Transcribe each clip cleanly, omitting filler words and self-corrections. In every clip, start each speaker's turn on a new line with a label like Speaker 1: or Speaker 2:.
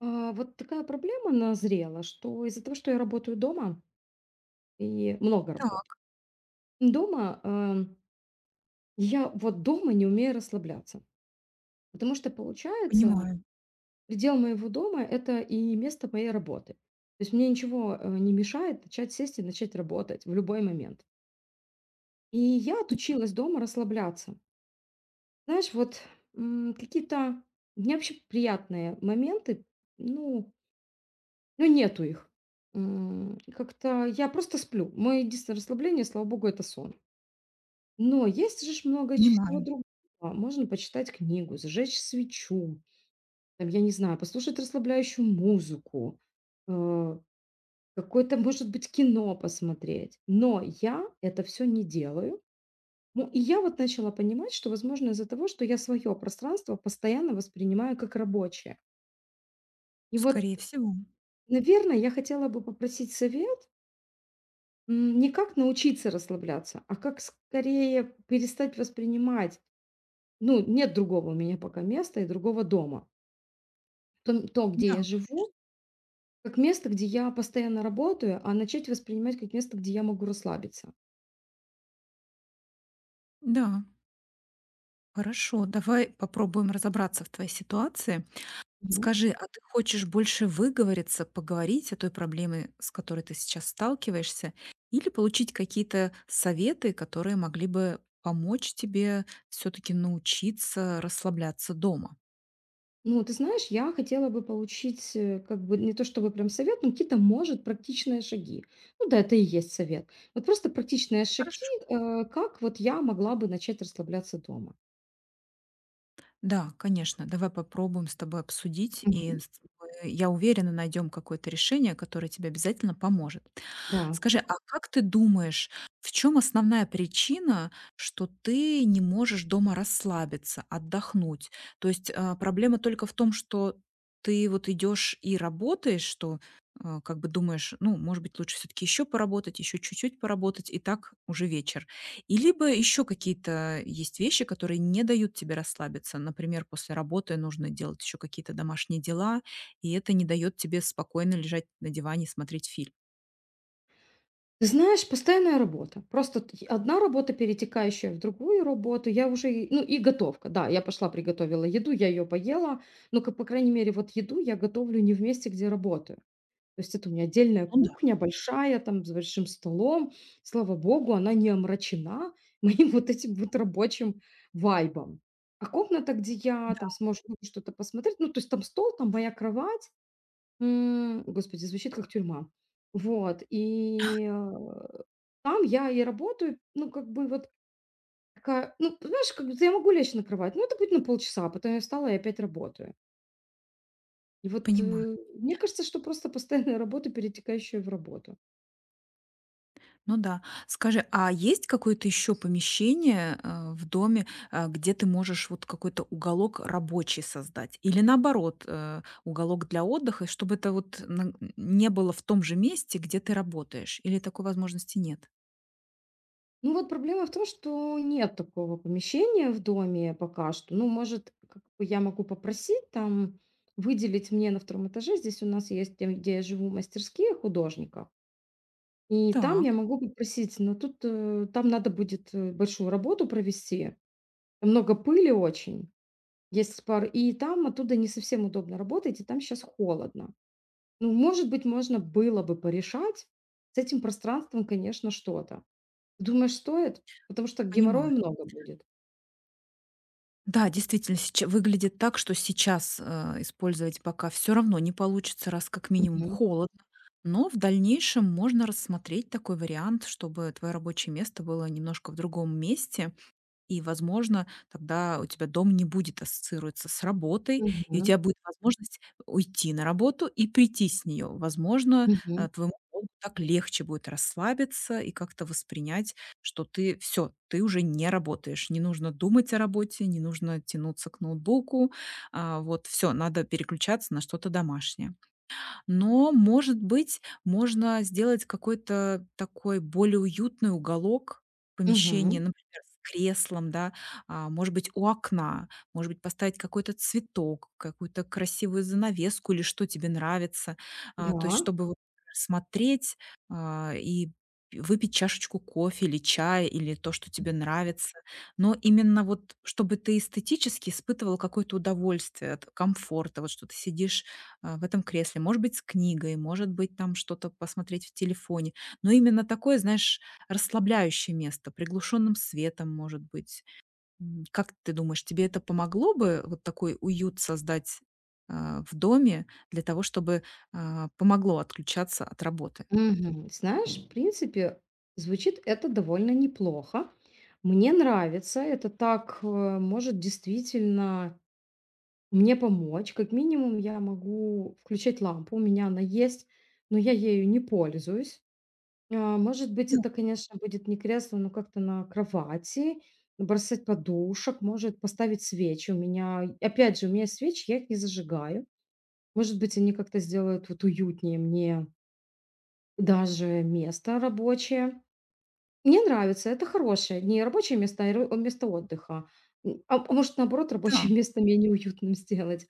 Speaker 1: Вот такая проблема назрела, что из-за того, что я работаю дома, и много
Speaker 2: Так,
Speaker 1: работаю, дома, я вот дома не умею расслабляться. Потому что, получается,
Speaker 2: понимаю,
Speaker 1: предел моего дома – это и место моей работы. То есть мне ничего не мешает начать сесть и начать работать в любой момент. И я отучилась дома расслабляться. Знаешь, вот какие-то не вообще приятные моменты, ну, Ну, нету их. Как-то я просто сплю. Мое единственное расслабление, слава богу, это сон. Но есть же ж много всего
Speaker 2: понимаю.
Speaker 1: другого. Можно почитать книгу, зажечь свечу, там, я не знаю, послушать расслабляющую музыку, э, какое-то, может быть, кино посмотреть. Но я это все не делаю. Ну, и я вот начала понимать, что, возможно, из-за того, что я свое пространство постоянно воспринимаю как рабочее. И вот,
Speaker 2: Скорее всего.
Speaker 1: наверное, я хотела бы попросить совет. Не как научиться расслабляться, а как скорее перестать воспринимать. Ну, нет другого у меня пока места и другого дома. То, где я
Speaker 2: Да,
Speaker 1: живу, как место, где я постоянно работаю, а начать воспринимать как место, где я могу расслабиться.
Speaker 2: да. Хорошо, давай попробуем разобраться в твоей ситуации.
Speaker 1: Мгм.
Speaker 2: Скажи, а ты хочешь больше выговориться, поговорить о той проблеме, с которой ты сейчас сталкиваешься, или получить какие-то советы, которые могли бы помочь тебе все-таки научиться расслабляться дома?
Speaker 1: Ну, ты знаешь, я хотела бы получить, как бы, не то чтобы прям совет, но какие-то, может, практичные шаги. Ну да, это и есть совет. Вот просто практичные шаги,
Speaker 2: Хорошо.
Speaker 1: как вот я могла бы начать расслабляться дома.
Speaker 2: Да, конечно. Давай попробуем с тобой обсудить, и
Speaker 1: Мгм.
Speaker 2: с- мы, я уверена, найдем какое-то решение, которое тебе обязательно поможет.
Speaker 1: Да.
Speaker 2: Скажи, а как ты думаешь, в чем основная причина, что ты не можешь дома расслабиться, отдохнуть? То есть, проблема только в том, что ты вот идешь и работаешь, что, как бы думаешь, ну, может быть, лучше все таки еще поработать, еще чуть-чуть поработать, и так уже вечер. И либо еще какие-то есть вещи, которые не дают тебе расслабиться. Например, после работы нужно делать еще какие-то домашние дела, и это не дает тебе спокойно лежать на диване и смотреть фильм.
Speaker 1: Ты знаешь, постоянная работа. Просто т одна работа, перетекающая в другую работу. Я уже и ну, и готовка. Да, я пошла, приготовила еду, я ее поела. Но, как по крайней мере, вот еду я готовлю не в месте, где работаю. То есть это у меня отдельная
Speaker 2: Ну да.
Speaker 1: кухня, большая, там, с большим столом. Слава богу, она не омрачена моим вот этим вот рабочим вайбом. А комната, где я там сможешь что-то посмотреть, ну, то есть там стол, там моя кровать. Господи, звучит как тюрьма. Вот, там я и работаю, ну, как бы вот такая, ну, знаешь, как будто я могу лечь на кровать. Ну это будет на полчаса, а потом я встала и опять работаю. И вот,
Speaker 2: Понимаю.
Speaker 1: мне кажется, что просто постоянная работа, перетекающая в работу.
Speaker 2: Ну да. Скажи, а есть какое-то еще помещение, в доме, где ты можешь вот какой-то уголок рабочий создать? Или наоборот, уголок для отдыха, чтобы это вот на- не было в том же месте, где ты работаешь? Или такой возможности нет?
Speaker 1: Ну, вот проблема в том, что нет такого помещения в доме пока что. Ну, может, как бы я могу попросить там выделить мне на втором этаже. Здесь у нас есть, тем, где я живу, мастерские художников. И там
Speaker 2: Так,
Speaker 1: я могу попросить, но тут, там надо будет, большую работу провести. Там много пыли очень, есть пар, и там оттуда не совсем удобно работать, и там сейчас холодно. Ну, может быть, можно было бы порешать с этим пространством, конечно, что-то. Думаешь, стоит? Потому что геморроя
Speaker 2: понимаю.
Speaker 1: много будет.
Speaker 2: Да, действительно, сейчас выглядит так, что сейчас, использовать пока все равно не получится, раз как минимум
Speaker 1: Мгм,
Speaker 2: холодно. Но в дальнейшем можно рассмотреть такой вариант, чтобы твое рабочее место было немножко в другом месте. И, возможно, тогда у тебя дом не будет ассоциироваться с работой, и у тебя
Speaker 1: мгм,
Speaker 2: будет возможность уйти на работу и прийти с нее. Возможно,
Speaker 1: мгм,
Speaker 2: твоему мозгу так легче будет расслабиться и как-то воспринять, что ты все, ты уже не работаешь. Не нужно думать о работе, не нужно тянуться к ноутбуку. Вот, все, надо переключаться на что-то домашнее. Но, может быть, можно сделать какой-то такой более уютный уголок помещения,
Speaker 1: мгм.
Speaker 2: например, с креслом, да, может быть, у окна, может быть, поставить какой-то цветок, какую-то красивую занавеску или что тебе нравится. То есть,
Speaker 1: Да.
Speaker 2: чтобы вот смотреть и выпить чашечку кофе или чая, или то, что тебе нравится. Но именно вот, чтобы ты эстетически испытывал какое-то удовольствие от комфорта, вот что ты сидишь в этом кресле, может быть, с книгой, может быть, там что-то посмотреть в телефоне. Но именно такое, знаешь, расслабляющее место, приглушенным светом, может быть. Как ты думаешь, тебе это помогло бы вот такой уют создать в доме для того, чтобы помогло отключаться от работы?
Speaker 1: Мгм. Знаешь, в принципе, звучит это довольно неплохо. Мне нравится, это так, может действительно мне помочь. Как минимум, я могу включать лампу, у меня она есть, но я ею не пользуюсь. Может быть,
Speaker 2: Да,
Speaker 1: это, конечно, будет не кресло, но как-то на кровати, бросать подушек, может поставить свечи. У меня есть свечи, я их не зажигаю. Может быть, они как-то сделают вот уютнее мне даже место рабочее. Мне нравится, это хорошее, не рабочее место, а ро место отдыха. А может, наоборот, рабочее
Speaker 2: да.
Speaker 1: место менее уютным сделать,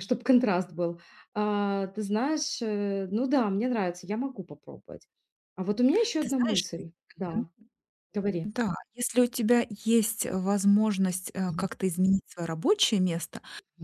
Speaker 1: чтобы контраст был. Ты знаешь, ну да, мне нравится, я могу попробовать. А вот у меня еще
Speaker 2: Ты
Speaker 1: одна
Speaker 2: знаешь?
Speaker 1: мысль. Да, говори.
Speaker 2: Да, если у тебя есть, возможность,
Speaker 1: Мгм.
Speaker 2: как-то изменить свое рабочее место,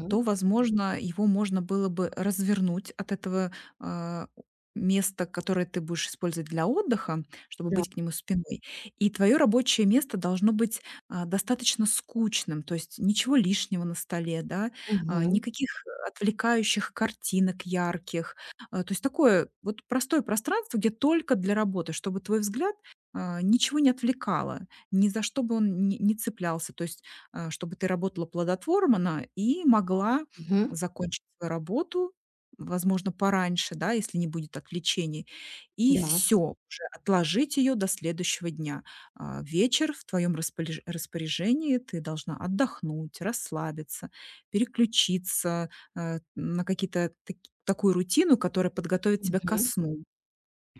Speaker 2: то, возможно, его можно было бы развернуть от этого, а, места, которое ты будешь использовать для отдыха, чтобы
Speaker 1: Да.
Speaker 2: быть к нему спиной. И твое рабочее место должно быть, достаточно скучным, то есть ничего лишнего на столе, да,
Speaker 1: Мгм,
Speaker 2: никаких отвлекающих картинок ярких. То есть такое вот простое пространство, где только для работы, чтобы твой взгляд ничего не отвлекало, ни за что бы он не цеплялся. То есть, чтобы ты работала плодотворно и могла
Speaker 1: мгм.
Speaker 2: закончить свою работу, возможно, пораньше, да, если не будет отвлечений, и
Speaker 1: Да.
Speaker 2: все уже отложить ее до следующего дня. Вечер в твоем распоряжении, ты должна отдохнуть, расслабиться, переключиться, на какие-то таки такую рутину, которая подготовит тебя ко
Speaker 1: Мгм.
Speaker 2: сну.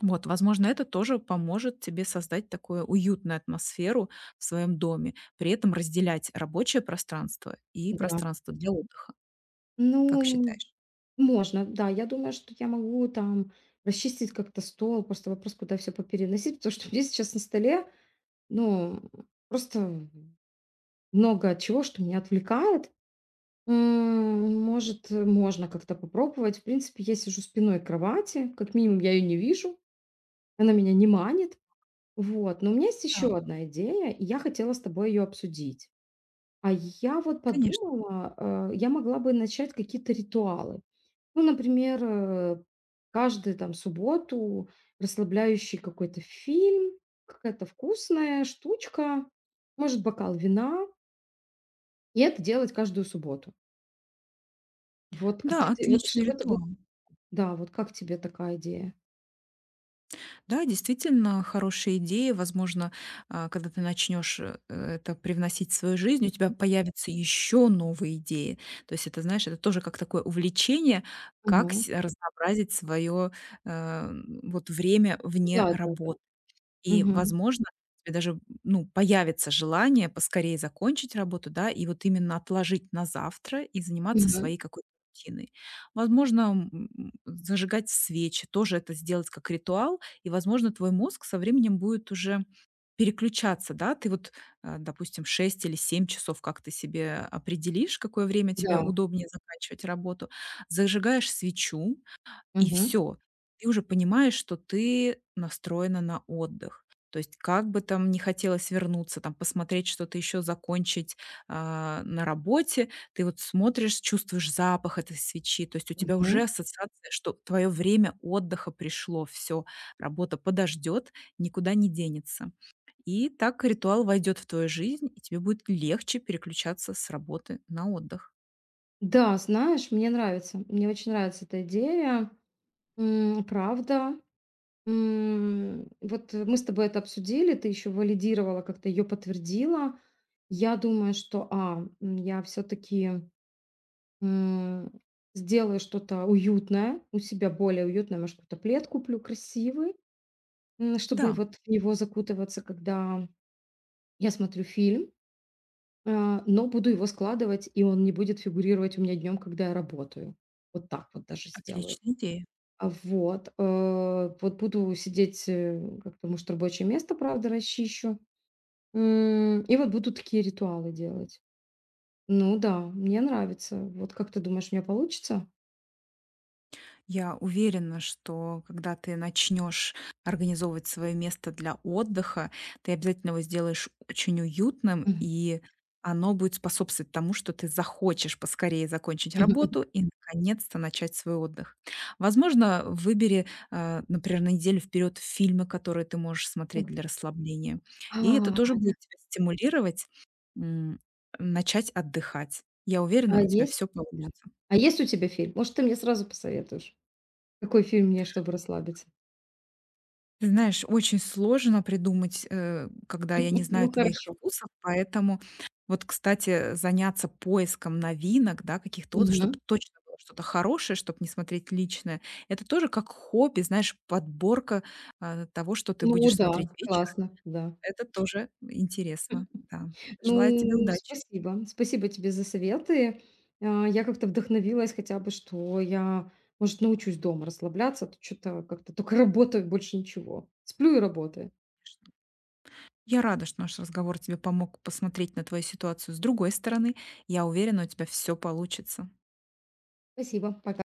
Speaker 2: Вот, возможно, это тоже поможет тебе создать такую уютную атмосферу в своем доме, при этом разделять рабочее пространство и
Speaker 1: Да.
Speaker 2: пространство для отдыха, как
Speaker 1: Ну,
Speaker 2: считаешь?
Speaker 1: можно, да. Я думаю, что я могу там расчистить как-то стол. Просто вопрос, куда все попереносить, потому что у меня сейчас на столе ну, просто много чего, что меня отвлекает. Может, можно как-то попробовать. В принципе, я сижу спиной к кровати, как минимум я ее не вижу, она меня не манит. Вот, но у меня есть
Speaker 2: Да,
Speaker 1: еще одна идея, и я хотела с тобой ее обсудить. А я вот
Speaker 2: конечно.
Speaker 1: подумала, я могла бы начать какие-то ритуалы. Ну, например, каждую там субботу расслабляющий какой-то фильм, какая-то вкусная штучка, может, бокал вина. И это делать каждую субботу. Вот
Speaker 2: Да,
Speaker 1: какие то вот
Speaker 2: отличный
Speaker 1: чтобы это было.
Speaker 2: ритуал.
Speaker 1: Да, вот как тебе такая идея?
Speaker 2: Да, действительно хорошая идея. Возможно, когда ты начнешь это привносить в свою жизнь, у тебя появятся еще новые идеи. То есть это, знаешь, это тоже как такое увлечение, как
Speaker 1: Мгм.
Speaker 2: с- разнообразить свое вот время вне
Speaker 1: Да-да-да.
Speaker 2: работы. И,
Speaker 1: Мгм.
Speaker 2: возможно, у даже, ну, появится желание поскорее закончить работу, да, и вот именно отложить на завтра и заниматься
Speaker 1: Мгм.
Speaker 2: своей какой-то рутиной. Возможно, зажигать свечи, тоже это сделать как ритуал, и, возможно, твой мозг со временем будет уже переключаться, да, ты вот, допустим, 6 или 7 часов, как ты себе определишь, какое время тебе
Speaker 1: Да.
Speaker 2: удобнее заканчивать работу, зажигаешь свечу, и
Speaker 1: Мгм.
Speaker 2: все, ты уже понимаешь, что ты настроена на отдых. То есть как бы там не хотелось вернуться, там посмотреть что-то еще, закончить, на работе, ты вот смотришь, чувствуешь запах этой свечи. То есть у тебя уже
Speaker 1: Мгм.
Speaker 2: ассоциация, что твое время отдыха пришло. Все, работа подождет, никуда не денется. И так ритуал войдет в твою жизнь, и тебе будет легче переключаться с работы на отдых.
Speaker 1: Да, знаешь, мне нравится. Мне очень нравится эта идея. Правда. Вот мы с тобой это обсудили, ты еще валидировала, как-то ее подтвердила. Я думаю, что, я все-таки М, сделаю что-то уютное, у себя более уютное, может, какой-то плед куплю красивый, чтобы
Speaker 2: Да,
Speaker 1: вот в него закутываться, когда я смотрю фильм, но буду его складывать, и он не будет фигурировать у меня днем, когда я работаю. Вот так вот даже сделаю.
Speaker 2: отличная идея.
Speaker 1: Вот. Вот буду сидеть, как-то, может, рабочее место, правда, расчищу. И вот буду такие ритуалы делать. Ну да, мне нравится. Вот как ты думаешь, у меня получится?
Speaker 2: Я уверена, что когда ты начнешь организовывать свое место для отдыха, ты обязательно его сделаешь очень уютным, и оно будет способствовать тому, что ты захочешь поскорее закончить работу и наконец-то начать свой отдых. Возможно, выбери, например, на неделю вперед фильмы, которые ты можешь смотреть для расслабления.
Speaker 1: А,
Speaker 2: И это тоже будет тебя стимулировать м, начать отдыхать. Я уверена,
Speaker 1: а
Speaker 2: у тебя
Speaker 1: есть
Speaker 2: все
Speaker 1: да.
Speaker 2: получится.
Speaker 1: А есть у тебя фильм? Может, ты мне сразу посоветуешь? Какой фильм мне, чтобы расслабиться?
Speaker 2: Ты знаешь, очень сложно придумать, когда я не знаю
Speaker 1: Ну,
Speaker 2: твоих
Speaker 1: хорошо.
Speaker 2: вкусов, поэтому вот, кстати, заняться поиском новинок, да, каких-то отзывов,
Speaker 1: Мгм.
Speaker 2: чтобы точно было что-то хорошее, чтобы не смотреть личное. Это тоже как хобби, знаешь, подборка, того, что ты
Speaker 1: Ну
Speaker 2: будешь
Speaker 1: да,
Speaker 2: смотреть вечером.
Speaker 1: классно, да.
Speaker 2: Это тоже интересно, да. Желаю тебе
Speaker 1: Ну,
Speaker 2: удачи.
Speaker 1: спасибо. Спасибо тебе за советы. Я как-то вдохновилась хотя бы, что я, может, научусь дома расслабляться, а то что то как-то только работаю, больше ничего. Сплю и работаю.
Speaker 2: Я рада, что наш разговор тебе помог посмотреть на твою ситуацию с другой стороны. Я уверена, у тебя все получится.
Speaker 1: Спасибо, пока.